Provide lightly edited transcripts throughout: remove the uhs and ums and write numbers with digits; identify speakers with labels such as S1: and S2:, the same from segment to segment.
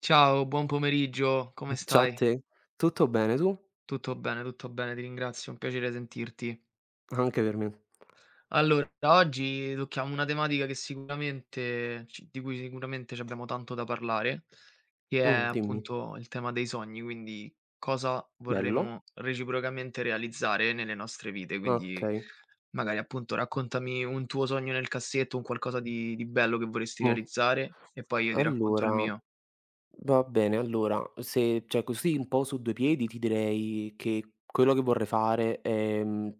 S1: Ciao, buon pomeriggio, come
S2: Ciao a
S1: stai?
S2: te. Tutto bene, tu?
S1: Tutto bene, ti ringrazio, è un piacere sentirti.
S2: Anche per me.
S1: Allora, oggi tocchiamo una tematica che di cui sicuramente ci abbiamo tanto da parlare, che è
S2: Dimmi.
S1: appunto il tema dei sogni, quindi cosa
S2: Bello.
S1: vorremmo reciprocamente realizzare nelle nostre vite. Quindi
S2: Okay.
S1: magari appunto raccontami un tuo sogno nel cassetto, un qualcosa di bello che vorresti
S2: Mh.
S1: realizzare e poi io ti racconto il
S2: Allora.
S1: mio.
S2: Va bene, allora, se cioè così un po' su due piedi ti direi che quello che vorrei fare è,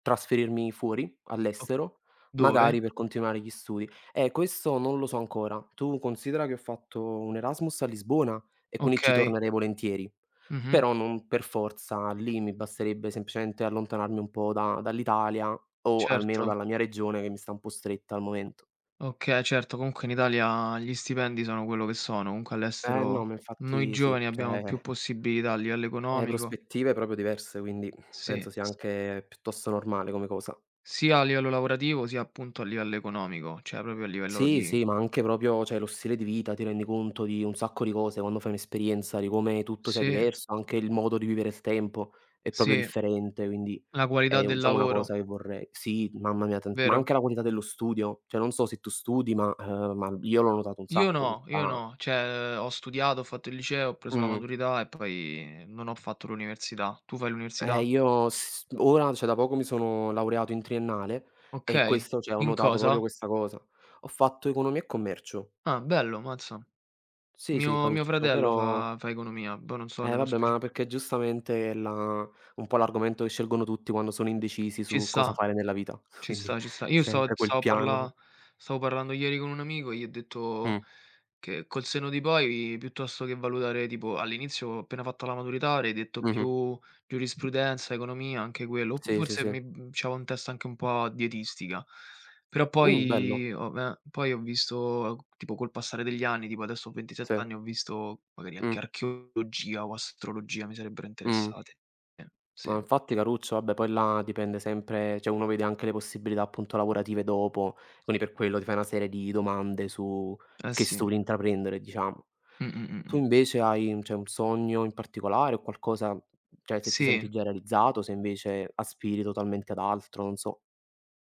S2: trasferirmi fuori,
S1: O-
S2: all'estero,
S1: Dove?
S2: magari per continuare gli studi. Questo non lo so ancora. Tu considera che ho fatto un Erasmus a Lisbona e quindi
S1: Ok,
S2: ci tornerei volentieri,
S1: mhm,
S2: però non per forza lì, mi basterebbe semplicemente allontanarmi un po' da dall'Italia o almeno
S1: certo.
S2: dalla mia regione che mi sta un po' stretta al momento.
S1: Okay, certo, comunque in Italia gli stipendi sono quello che sono, comunque
S2: Eh no,
S1: all'estero
S2: ma
S1: noi
S2: infatti sì,
S1: giovani abbiamo
S2: cioè
S1: più possibilità a livello economico
S2: Prospettive proprio diverse, quindi
S1: sì,
S2: penso sia
S1: s
S2: anche piuttosto normale come cosa.
S1: sia a livello lavorativo, sia appunto a livello economico, cioè proprio a livello
S2: Sì,
S1: di
S2: sì, ma anche proprio, cioè, lo stile di vita, ti rendi conto di un sacco di cose quando fai un'esperienza, di come tutto sia
S1: sì,
S2: diverso, anche il modo di vivere il tempo è proprio
S1: sì,
S2: differente, quindi
S1: la qualità
S2: è un
S1: del
S2: diciamo una
S1: lavoro,
S2: cosa che vorrei sì, mamma mia, tant ma
S1: vero.
S2: anche la qualità dello studio, cioè non so se tu studi, ma io l'ho notato un sacco
S1: Io
S2: questa
S1: no, cioè ho studiato, ho fatto il liceo, ho preso la
S2: mh.
S1: maturità e poi non ho fatto l'università. Tu fai l'università?
S2: Io s ora, cioè da poco mi sono laureato in triennale e
S1: Okay.
S2: questo cioè, ho
S1: In
S2: notato proprio
S1: cosa?
S2: questa cosa. Ho fatto economia e commercio.
S1: Ah, bello, mazza.
S2: Sì, sì,
S1: Mio
S2: caruccio,
S1: fratello
S2: però
S1: fa economia, poi non so
S2: eh
S1: nello
S2: vabbè, ma
S1: speci
S2: perché giustamente è la un po' l'argomento che scelgono tutti quando sono indecisi
S1: ci
S2: su cosa
S1: sta.
S2: fare nella vita,
S1: Ci
S2: quindi
S1: sta, ci sta. Io stavo
S2: sempre quel
S1: stavo
S2: piano.
S1: parla stavo parlando ieri con un amico e gli ho detto
S2: Mh,
S1: che col senno di poi, piuttosto che valutare tipo all'inizio ho appena fatto la maturità, avrei detto
S2: mh-mh.
S1: più giurisprudenza, economia, anche quello.
S2: Sì, sì,
S1: Forse
S2: sì.
S1: c'avevo in testa anche un po' dietistica, però
S2: Bello.
S1: poi ho me poi ho visto tipo col passare degli anni, tipo adesso ho 27
S2: Sì.
S1: anni, ho visto magari
S2: Mh,
S1: anche archeologia o astrologia mi sarebbero
S2: mh.
S1: interessate. Eh,
S2: No,
S1: sì.
S2: infatti Caruccio, vabbè poi là dipende sempre cioè uno vede anche le possibilità appunto lavorative dopo, quindi per quello ti fai una serie di domande su
S1: Eh
S2: che
S1: sì.
S2: studi intraprendere, diciamo.
S1: Mh, mh, mh,
S2: Tu
S1: mh.
S2: invece hai cioè un sogno in particolare o qualcosa cioè se ti
S1: Sì.
S2: senti già realizzato, se invece aspiri totalmente ad altro, non so.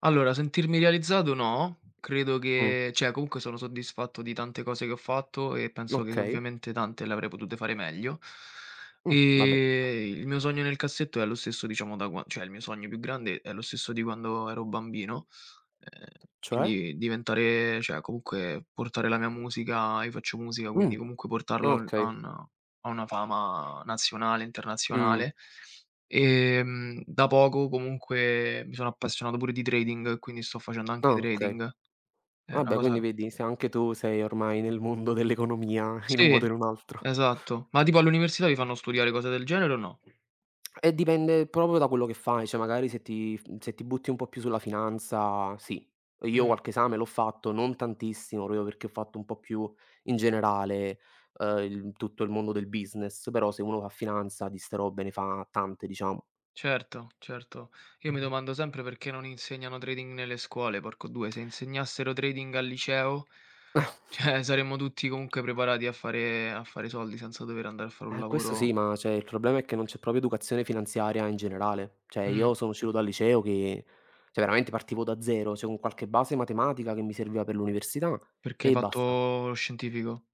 S1: Allora, sentirmi realizzato no, credo
S2: Mh,
S1: che cioè comunque sono soddisfatto di tante cose che ho fatto e penso che
S2: okay.
S1: ovviamente tante le avrei potute fare meglio.
S2: Vabbè ci sta.
S1: E il mio sogno nel cassetto è lo stesso diciamo da qua, cioè il mio sogno più grande è lo stesso di quando ero bambino. Ehm,
S2: Cioè?
S1: quindi diventare, cioè comunque portare la mia musica, io faccio musica, quindi
S2: Mh,
S1: comunque portarla a un
S2: okay.
S1: a un a una fama nazionale,
S2: Mh,
S1: internazionale. Da poco comunque mi sono appassionato pure di trading, quindi sto facendo
S2: ah
S1: anche
S2: okay.
S1: trading. È una
S2: Vabbè quindi
S1: cosa
S2: vedi se anche tu sei ormai nel mondo dell'economia in un modo
S1: Sì,
S2: o in un altro.
S1: esatto. Ma tipo all'università vi fanno studiare cose del genere o no?
S2: E dipende proprio da quello che fai, cioè magari se ti butti un po' più sulla finanza, sì. Io
S1: Mh,
S2: qualche esame l'ho fatto, non tantissimo, proprio perché ho fatto un po' più in generale, il mondo del business, però se uno fa finanza di ste robe ne fa tante, diciamo.
S1: certo, certo. Io mi domando sempre perché non insegnano trading nelle scuole, porco 2. Se insegnassero trading al liceo, cioè, saremmo tutti comunque preparati a fare soldi senza dover andare a fare un
S2: Questo sì,
S1: lavoro.
S2: ma cioè il problema è che non c'è proprio educazione finanziaria in generale. Cioè
S1: Mh,
S2: io sono uscito dal liceo che cioè veramente partivo da 0, cioè con qualche base matematica che mi serviva per l'università
S1: perché hai
S2: e basta.
S1: fatto lo scientifico?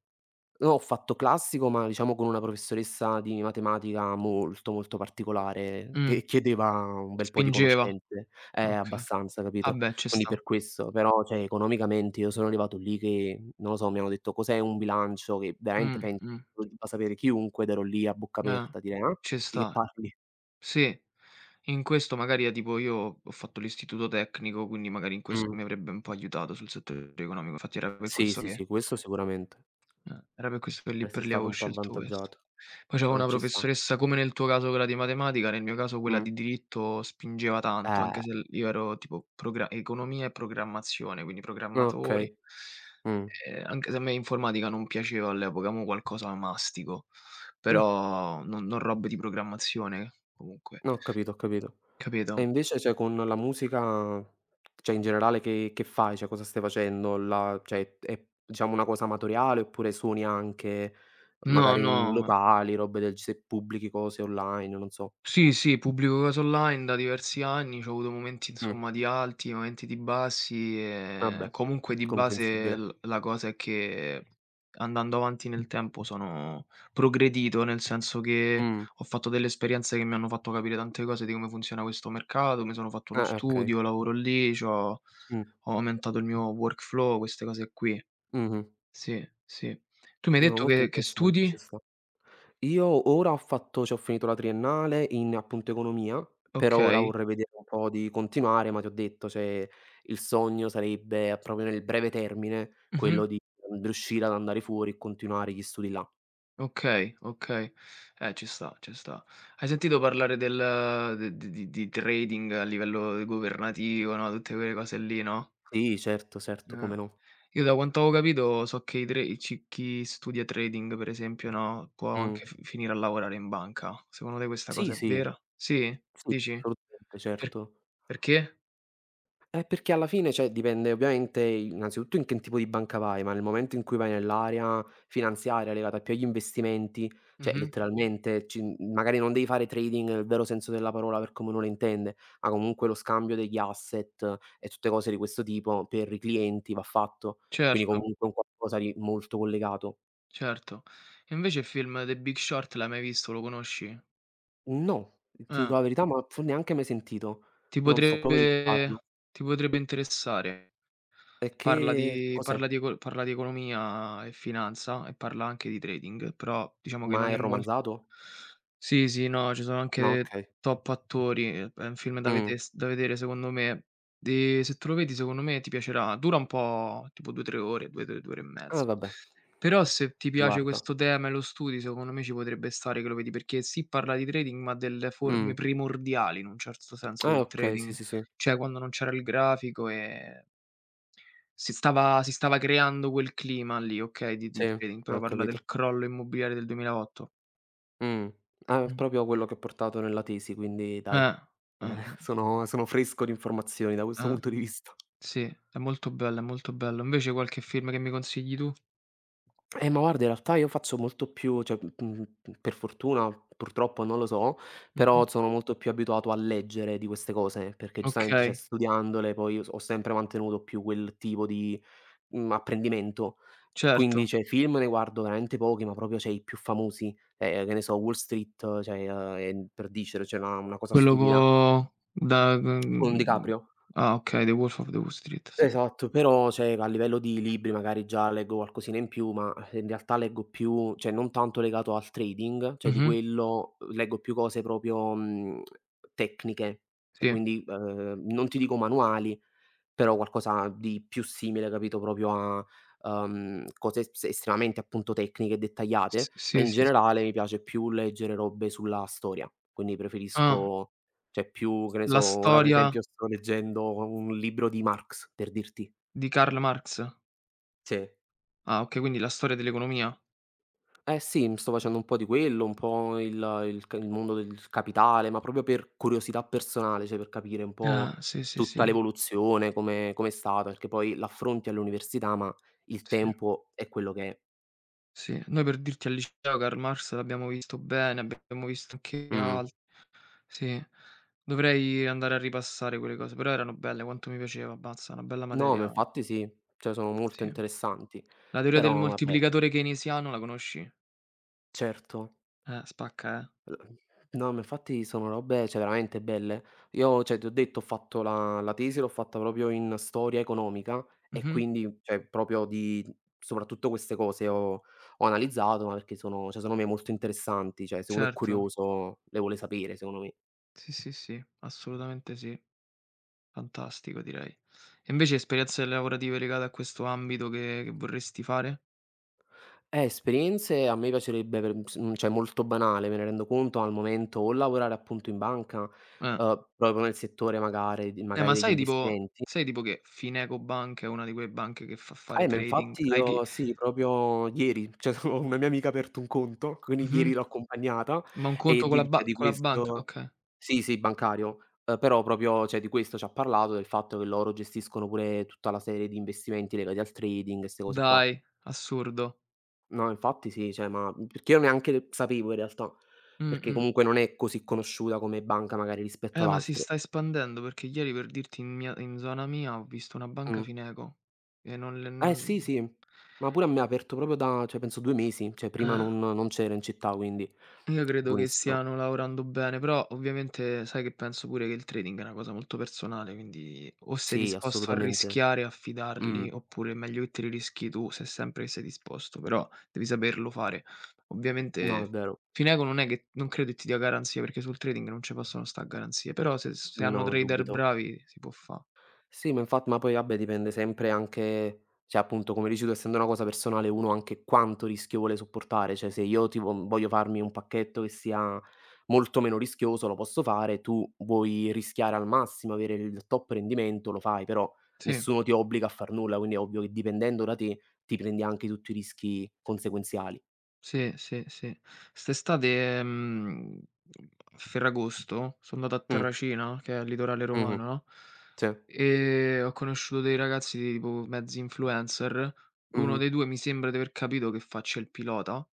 S2: No, ho fatto classico, ma diciamo con una professoressa di matematica molto, molto particolare,
S1: Mh,
S2: che chiedeva un bel po' di
S1: spingeva.
S2: conoscenze.
S1: Okay.
S2: Abbastanza, capito?
S1: Vabbè, ci
S2: Quindi
S1: sta.
S2: per questo. Però, cioè, economicamente io sono arrivato lì che, non lo so, mi hanno detto: "Cos'è un bilancio?" Che veramente
S1: Mh,
S2: penso
S1: mh,
S2: lo debba sapere chiunque ed ero lì a bocca
S1: eh,
S2: aperta a dire: "Ah?
S1: ci
S2: Di che
S1: sta.
S2: parli?"
S1: Sì. In questo magari, tipo io ho fatto l'istituto tecnico, quindi magari in
S2: Mh.
S1: questo mi avrebbe un po' aiutato sul settore economico, infatti era per
S2: Sì,
S1: questo
S2: sì, sì,
S1: che.
S2: questo sicuramente.
S1: Era per questo che lì
S2: Saresti
S1: per lì
S2: stato
S1: avevo
S2: un po'
S1: scelto questo.
S2: avvantaggiato.
S1: Poi c'avevo una
S2: Ci sta.
S1: professoressa, come nel tuo caso quella di matematica, nel mio caso quella
S2: Mh.
S1: di diritto spingeva tanto,
S2: Eh.
S1: anche se l io ero tipo progra economia e programmazione, quindi programmatori,
S2: Okay. Mh.
S1: anche se a me informatica non piaceva all'epoca, mo' qualcosa mastico,
S2: Mh.
S1: però non robe di programmazione comunque,
S2: No, ho capito, ho capito. E
S1: capito?
S2: invece, cioè, con la musica, cioè in generale che fai? Cioè, cosa stai facendo? La cioè, è diciamo una cosa amatoriale oppure suoni anche
S1: No,
S2: magari in
S1: no.
S2: locali, robe del g se pubblichi cose online, non so.
S1: Sì, sì, pubblico cose online da diversi anni, c'ho avuto momenti
S2: Mh,
S1: insomma di alti, momenti di bassi
S2: vabbè,
S1: e comunque di base
S2: comprensibile.
S1: l la cosa è che andando avanti nel tempo sono progredito, nel senso che
S2: Mh,
S1: ho fatto delle esperienze che mi hanno fatto capire tante cose di come funziona questo mercato, mi sono fatto uno
S2: okay.
S1: studio, lavoro lì, c'ho
S2: Mh,
S1: ho aumentato il mio workflow, queste cose qui.
S2: mh-mh.
S1: Sì, sì. Tu mi hai
S2: No,
S1: detto
S2: molto
S1: che
S2: interessante,
S1: studi?
S2: ci sta. Io ora ho fatto cioè ho finito la triennale in appunto economia, per ora
S1: Okay.
S2: vorrei vedere un po' di continuare, ma ti ho detto, cioè il sogno sarebbe proprio nel breve termine
S1: Mh-mh.
S2: quello di riuscire ad andare fuori e continuare gli studi là.
S1: Okay, okay. Ci sta, ci sta. Hai sentito parlare del de di trading a livello governativo, no, tutte quelle cose lì, no,
S2: Sì, certo, certo,
S1: eh.
S2: come no.
S1: Io da quanto ho capito so che i tra i ci chi studia trading, per esempio, no, può
S2: Mh.
S1: anche fi finire a lavorare in banca. Secondo te questa
S2: Sì,
S1: cosa è
S2: sì,
S1: vera? Sì?
S2: sì,
S1: Dici?
S2: assolutamente,
S1: Per
S2: certo.
S1: perché?
S2: Perché alla fine, cioè, dipende ovviamente innanzitutto in che tipo di banca vai, ma nel momento in cui vai nell'area finanziaria legata più agli investimenti, cioè
S1: Mh-mh.
S2: letteralmente magari non devi fare trading nel vero senso della parola per come uno la intende, ma comunque lo scambio degli asset e tutte cose di questo tipo per i clienti va fatto, quindi
S1: Certo,
S2: comunque un qualcosa di molto collegato.
S1: certo. E invece il film The Big Short l'hai mai visto? Lo conosci?
S2: No, ti dico
S1: Eh.
S2: la verità, ma fo neanche mai sentito.
S1: Ti
S2: Non so proprio di che parla.
S1: potrebbe ti potrebbe interessare.
S2: E
S1: Parla
S2: che
S1: di
S2: cos'è?
S1: parla di eco parla di economia e finanza e parla anche di trading, però diciamo che
S2: Ma
S1: non
S2: è
S1: è mol
S2: romanzato?
S1: Sì, sì, no, ci sono
S2: Ah,
S1: anche
S2: okay.
S1: top attori, è un film da
S2: Mh.
S1: vedes da vedere secondo me. Se te lo vedi secondo me ti piacerà. Dura un po', tipo 2, 3 ore, 2, 2, 2 ore e
S2: Ah
S1: mezzo.
S2: vabbè.
S1: Però se ti piace
S2: Guarda.
S1: questo tema e lo studi, secondo me ci potrebbe stare che lo vedi, perché sì, parla di trading, ma delle
S2: Mh.
S1: forme primordiali in un certo senso
S2: Ah
S1: del
S2: okay, sì,
S1: trading,
S2: sì, sì.
S1: cioè quando non c'era il grafico e si stava creando quel clima lì, okay, di
S2: Sì,
S1: trading, però
S2: ho
S1: parla del
S2: capito.
S1: crollo immobiliare del 2008.
S2: Mh. Ah, è
S1: Mh.
S2: proprio quello che ho portato nella tesi, quindi dai,
S1: Eh. Eh,
S2: eh,
S1: eh,
S2: sono fresco di informazioni da questo
S1: eh.
S2: punto di vista.
S1: Sì, è molto bello, è molto bello. Invece qualche film che mi consigli tu?
S2: Ma guarda in realtà io faccio molto più cioè, per fortuna, purtroppo non lo so,
S1: Mh-mh.
S2: però sono molto più abituato a leggere di queste cose, perché giustamente, cioè
S1: Okay,
S2: studiandole poi io s ho sempre mantenuto più quel tipo di apprendimento. Quindi,
S1: certo.
S2: cioè, film ne guardo veramente pochi, ma proprio, cioè, i più famosi, che ne so, Wall Street, cioè, è per dicere, cioè, una cosa
S1: Quello co
S2: stupida,
S1: da
S2: con
S1: mhmm,
S2: DiCaprio.
S1: Ah, okay, The Wolf of the Wall Street, sì.
S2: Esatto, però, cioè, a livello di libri magari già leggo qualcosina in più, ma in realtà leggo più cioè, non tanto legato al trading, cioè di
S1: Mh-mh.
S2: quello leggo più cose proprio, tecniche, cioè
S1: Sì.
S2: quindi, non ti dico manuali. Però qualcosa di più simile, capito, proprio a, cose s estremamente appunto tecniche e
S1: S
S2: dettagliate, ma
S1: sì,
S2: in
S1: sì, sì.
S2: generale mi piace più leggere robe sulla storia, quindi
S1: Ah,
S2: preferisco cioè più che ne so,
S1: la
S2: ora per
S1: storia
S2: esempio sto leggendo un libro di Marx, per dirti.
S1: di Karl Marx?
S2: Sì.
S1: Ah, okay, quindi la storia dell'economia.
S2: Eh sì, m sto facendo un po' di quello, un po' il mondo del capitale, ma proprio per curiosità personale, cioè per capire un
S1: Ah,
S2: po'
S1: sì, sì,
S2: tutta
S1: sì.
S2: l'evoluzione, come com'è stata, perché poi l'affronti all'università, ma il
S1: Sì.
S2: tempo è quello che è.
S1: Sì, noi per dirti al liceo Karl Marx l'abbiamo visto bene, abbiamo visto anche
S2: Mh.
S1: al sì, dovrei andare a ripassare quelle cose, però erano belle, quanto mi piaceva, abbazza, una bella
S2: No, ma
S1: materia,
S2: infatti sì, cioè sono molto
S1: sì.
S2: interessanti.
S1: La teoria del
S2: Però vabbè,
S1: moltiplicatore keynesiano la conosci?
S2: certo.
S1: Spacca, eh.
S2: No, ma infatti sono robe, cioè, veramente belle. Io, cioè, ti ho detto, ho fatto la tesi, l'ho fatta proprio in storia economica e
S1: Mh-mh,
S2: quindi, cioè, proprio di soprattutto queste cose ho analizzato, ma perché sono cioè, secondo me molto interessanti, cioè, se uno è
S1: certo.
S2: curioso le vuole sapere, secondo me.
S1: Sì, sì, sì, assolutamente sì, fantastico direi. E invece esperienze lavorative legate a questo ambito che vorresti fare?
S2: Esperienze a me piacerebbe cioè, molto banale, me ne rendo conto al momento, o lavorare appunto in banca,
S1: Eh.
S2: proprio nel settore magari di magari
S1: Ma
S2: degli
S1: sai tipo
S2: investimenti.
S1: sai tipo che Finecobank è una di quelle banche che fa fare
S2: Ma
S1: trading?
S2: infatti
S1: Hai che
S2: io sì, proprio ieri, cioè ho una mia amica aperto un conto, quindi
S1: Mh-mh,
S2: ieri l'ho accompagnata
S1: ma un
S2: e
S1: conto con la ba
S2: di
S1: con la banca?
S2: questo
S1: Okay.
S2: sì, sì, bancario, però proprio cioè di questo ci ha parlato, del fatto che loro gestiscono pure tutta la serie di investimenti legati al trading e 'ste cose qua.
S1: Dai, assurdo.
S2: No, infatti sì, cioè ma perché io neanche sapevo in realtà, perché
S1: Mh-mh.
S2: comunque non è così conosciuta come banca magari rispetto ad
S1: Ma si
S2: altre.
S1: sta espandendo perché ieri per dirti in zona mia ho visto una banca
S2: Mh.
S1: Fineco e non le
S2: Eh sì,
S1: non
S2: sì, ma pure a me ha aperto proprio da cioè penso 2 mesi, cioè prima
S1: eh.
S2: non c'era in città quindi
S1: Io credo che
S2: buonissimo.
S1: stiano lavorando bene, però ovviamente sai che penso pure che il trading è una cosa molto personale, quindi o sei
S2: Sì,
S1: disposto a
S2: assolutamente.
S1: rischiare e
S2: Mh.
S1: affidarli, oppure è meglio che te li rischi tu, se sempre che sei disposto, però devi saperlo fare.
S2: No, è
S1: Ovviamente
S2: vero.
S1: Fineco non è che non credo che ti dia garanzie, perché sul trading non ci possono sta' garanzie, però se hanno
S2: No,
S1: trader
S2: dubito.
S1: bravi si può fa'.
S2: Sì, ma poi vabbè dipende sempre anche cioè appunto come dici tu, essendo una cosa personale uno anche quanto rischio vuole sopportare, cioè se io ti vo voglio farmi un pacchetto che sia molto meno rischioso lo posso fare, tu vuoi rischiare al massimo, avere il top rendimento, lo fai, però
S1: Sì.
S2: nessuno ti obbliga a far nulla, quindi è ovvio che dipendendo da te, ti prendi anche tutti i rischi conseguenziali.
S1: Sì, sì, sì. St'estate, a Ferragosto so andato a
S2: Mh,
S1: Terracina, che è il litorale
S2: mh-mh,
S1: romano, no,
S2: sì,
S1: e ho conosciuto dei ragazzi tipo mezzi influencer. Uno
S2: mh-mh,
S1: dei 2 mi sembra di aver capito che faccia il pilota.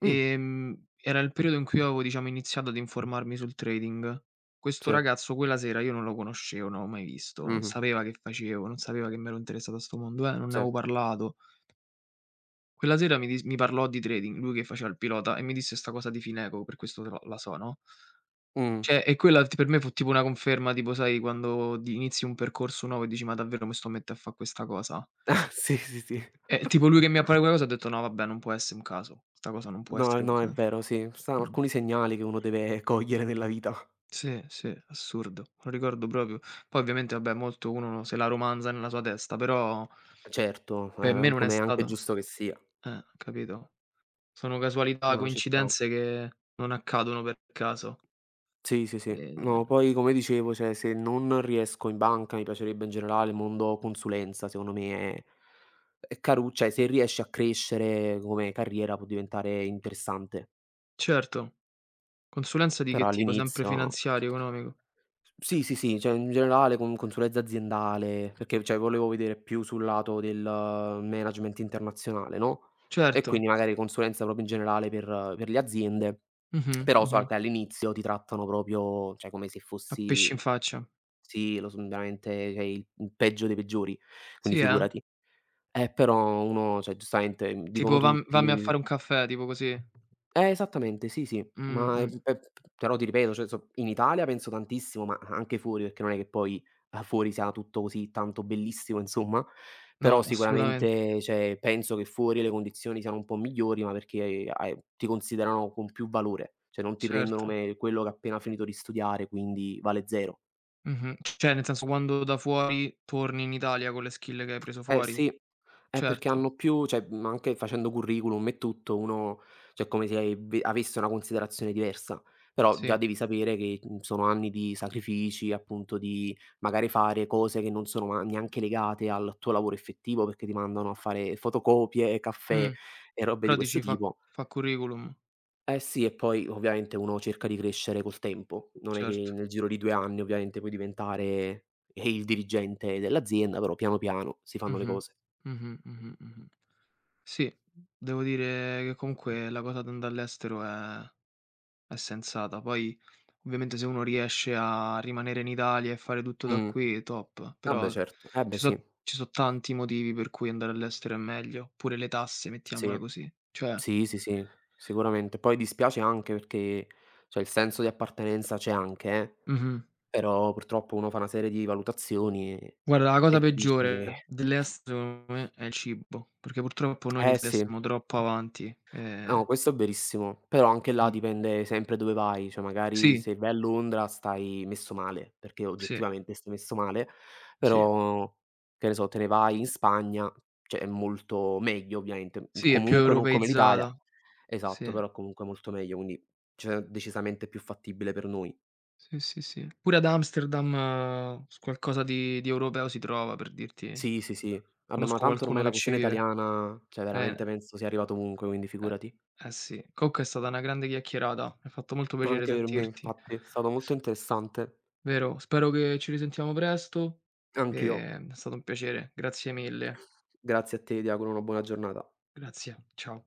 S2: mh,
S1: Era il periodo in cui avevo, diciamo, iniziato ad informarmi sul trading. Questo
S2: sì,
S1: ragazzo quella sera io non lo conoscevo, non l'avevo mai visto, non
S2: mh-mh,
S1: sapeva che facevo, non sapeva che mi ero interessato a 'sto mondo, non ne
S2: sì,
S1: avevo parlato. Quella sera mi parlò di trading, lui che faceva il pilota e mi disse 'sta cosa di Fineco, per questo te la so, no,
S2: mh.
S1: cioè e quella t per me fu tipo una conferma, tipo sai quando di inizi un percorso nuovo e dici: "Ma davvero mi sto a mette a fa questa cosa?"
S2: Sì, sì, sì.
S1: E tipo lui che mi ha parlato di quella cosa ho detto: "No, vabbè, non può esse un caso, 'sta cosa non può
S2: No,
S1: essere un
S2: no, è
S1: ca"
S2: vero, sì. Ci stanno
S1: Mh.
S2: alcuni segnali che uno deve cogliere nella vita.
S1: Sì, sì, assurdo, lo ricordo proprio. Poi ovviamente vabbè, molto uno se la romanza nella sua testa, però
S2: Certo,
S1: per me non è
S2: come è anche
S1: stato,
S2: giusto che sia.
S1: capito? Sono casualità,
S2: No, ci sta.
S1: coincidenze che non accadono per caso.
S2: Sì, sì, sì.
S1: Ehm,
S2: No, poi come dicevo, cioè se non riesco in banca, mi piacerebbe in generale il mondo consulenza, secondo me è caru cioè se riesci a crescere come carriera può diventare interessante,
S1: certo. Consulenza di
S2: però
S1: che tipo? Sempre
S2: all'inizio.
S1: finanziario, economico?
S2: Sì, sì, sì, cioè in generale con consulenza aziendale, perché cioè volevo vedere più sul lato del management internazionale, no, e quindi
S1: Certo.
S2: magari consulenza proprio in generale per le aziende,
S1: Mh-mh,
S2: però so
S1: mh-mh.
S2: che all'inizio ti trattano proprio cioè come se
S1: A
S2: fossi
S1: pesci in faccia.
S2: sì, lo son veramente cioè il peggio dei peggiori, quindi
S1: Sì, eh?
S2: figurati. Però uno cioè giustamente,
S1: Tipo
S2: dicono
S1: vammi a fare
S2: tutti
S1: un caffè, tipo così.
S2: esattamente, sì, sì,
S1: Mh,
S2: ma,
S1: mh.
S2: pe p però ti ripeto, cioè so in Italia penso tantissimo, ma anche fuori, perché non è che poi, fuori sia tutto così tanto bellissimo, insomma, però
S1: No, assolutamente.
S2: sicuramente, cioè, penso che fuori le condizioni siano un po' migliori, ma perché hai ti considerano con più valore, cioè non ti prendono
S1: Certo.
S2: come quello che ha appena finito di studiare, quindi vale 0.
S1: Mh-mh. Cioè, nel senso quando da fuori torni in Italia con le skill che hai preso
S2: Eh
S1: fuori.
S2: sì, perché
S1: Certo,
S2: hanno più cioè, anche facendo curriculum e tutto uno cioè è come se hai ve avesse una considerazione diversa, però già
S1: sì.
S2: devi sapere che, sono anni di sacrifici, appunto di magari fare cose che non sono ma neanche legate al tuo lavoro effettivo, perché ti mandano a fare fotocopie, caffè
S1: Mh.
S2: e robe di
S1: Però
S2: questo
S1: dici fa
S2: tipo.
S1: fa curriculum.
S2: Eh sì, e poi ovviamente uno cerca di crescere col tempo, non è che
S1: Certo.
S2: nel giro di 2 anni ovviamente puoi diventare il dirigente dell'azienda, però piano piano si fanno le
S1: Mh-mh.
S2: cose.
S1: Mh-mh, mh-mh, mh-mh. Sì, devo dire che comunque la cosa d'andà all'estero è sensata. Poi ovviamente se uno riesce a rimanere in Italia e fare tutto da
S2: Mh.
S1: qui, top,
S2: Ah beh
S1: però
S2: certo, eh beh
S1: ci
S2: sì,
S1: so ci so tanti motivi per cui andare all'estero è meglio, pure le tasse, mettiamola
S2: sì,
S1: così. Cioè,
S2: sì, sì, sì, sicuramente. Poi dispiace anche perché, cioè il senso di appartenenza c'è anche
S1: mh-mh.
S2: però purtroppo uno fa una serie di valutazioni e
S1: Guarda, la cosa
S2: capisce che
S1: peggiore dell'estero secondo me è il cibo, perché purtroppo noi in
S2: eh
S1: Italia
S2: sì,
S1: siamo troppo avanti,
S2: no questo è verissimo, però anche là
S1: mh.
S2: dipende sempre dove vai, cioè magari
S1: Sì,
S2: se vai a Londra stai messo male, perché
S1: sì,
S2: oggettivamente stai messo male,
S1: sì.
S2: però che ne so, te ne vai in Spagna, cioè è molto meglio ovviamente,
S1: Sì, è più
S2: comunque non come l'Italia.
S1: europeizzata.
S2: Esatto,
S1: Sì,
S2: però comunque molto meglio, quindi cioè decisamente più fattibile per noi.
S1: sì, sì, sì. Pure ad Amsterdam s qualcosa di europeo si trova, per dirti.
S2: Sì, sì, sì. Vabbè, ma
S1: Conosco
S2: tanto
S1: qualcuno
S2: ormai la
S1: che ci
S2: cucina
S1: vive.
S2: italiana, cioè
S1: Eh,
S2: veramente penso sia arrivata ovunque, quindi
S1: eh,
S2: figurati.
S1: eh, sì. Comunque è stata una grande chiacchierata, mi ha fatto molto piacere
S2: Anche per me
S1: sentirti,
S2: infatti, è stato molto interessante.
S1: vero? Spero che ci risentiamo presto,
S2: Anch'io.
S1: è stato un piacere. Grazie mille.
S2: Grazie a te, ti auguro una buona giornata.
S1: Grazie, ciao.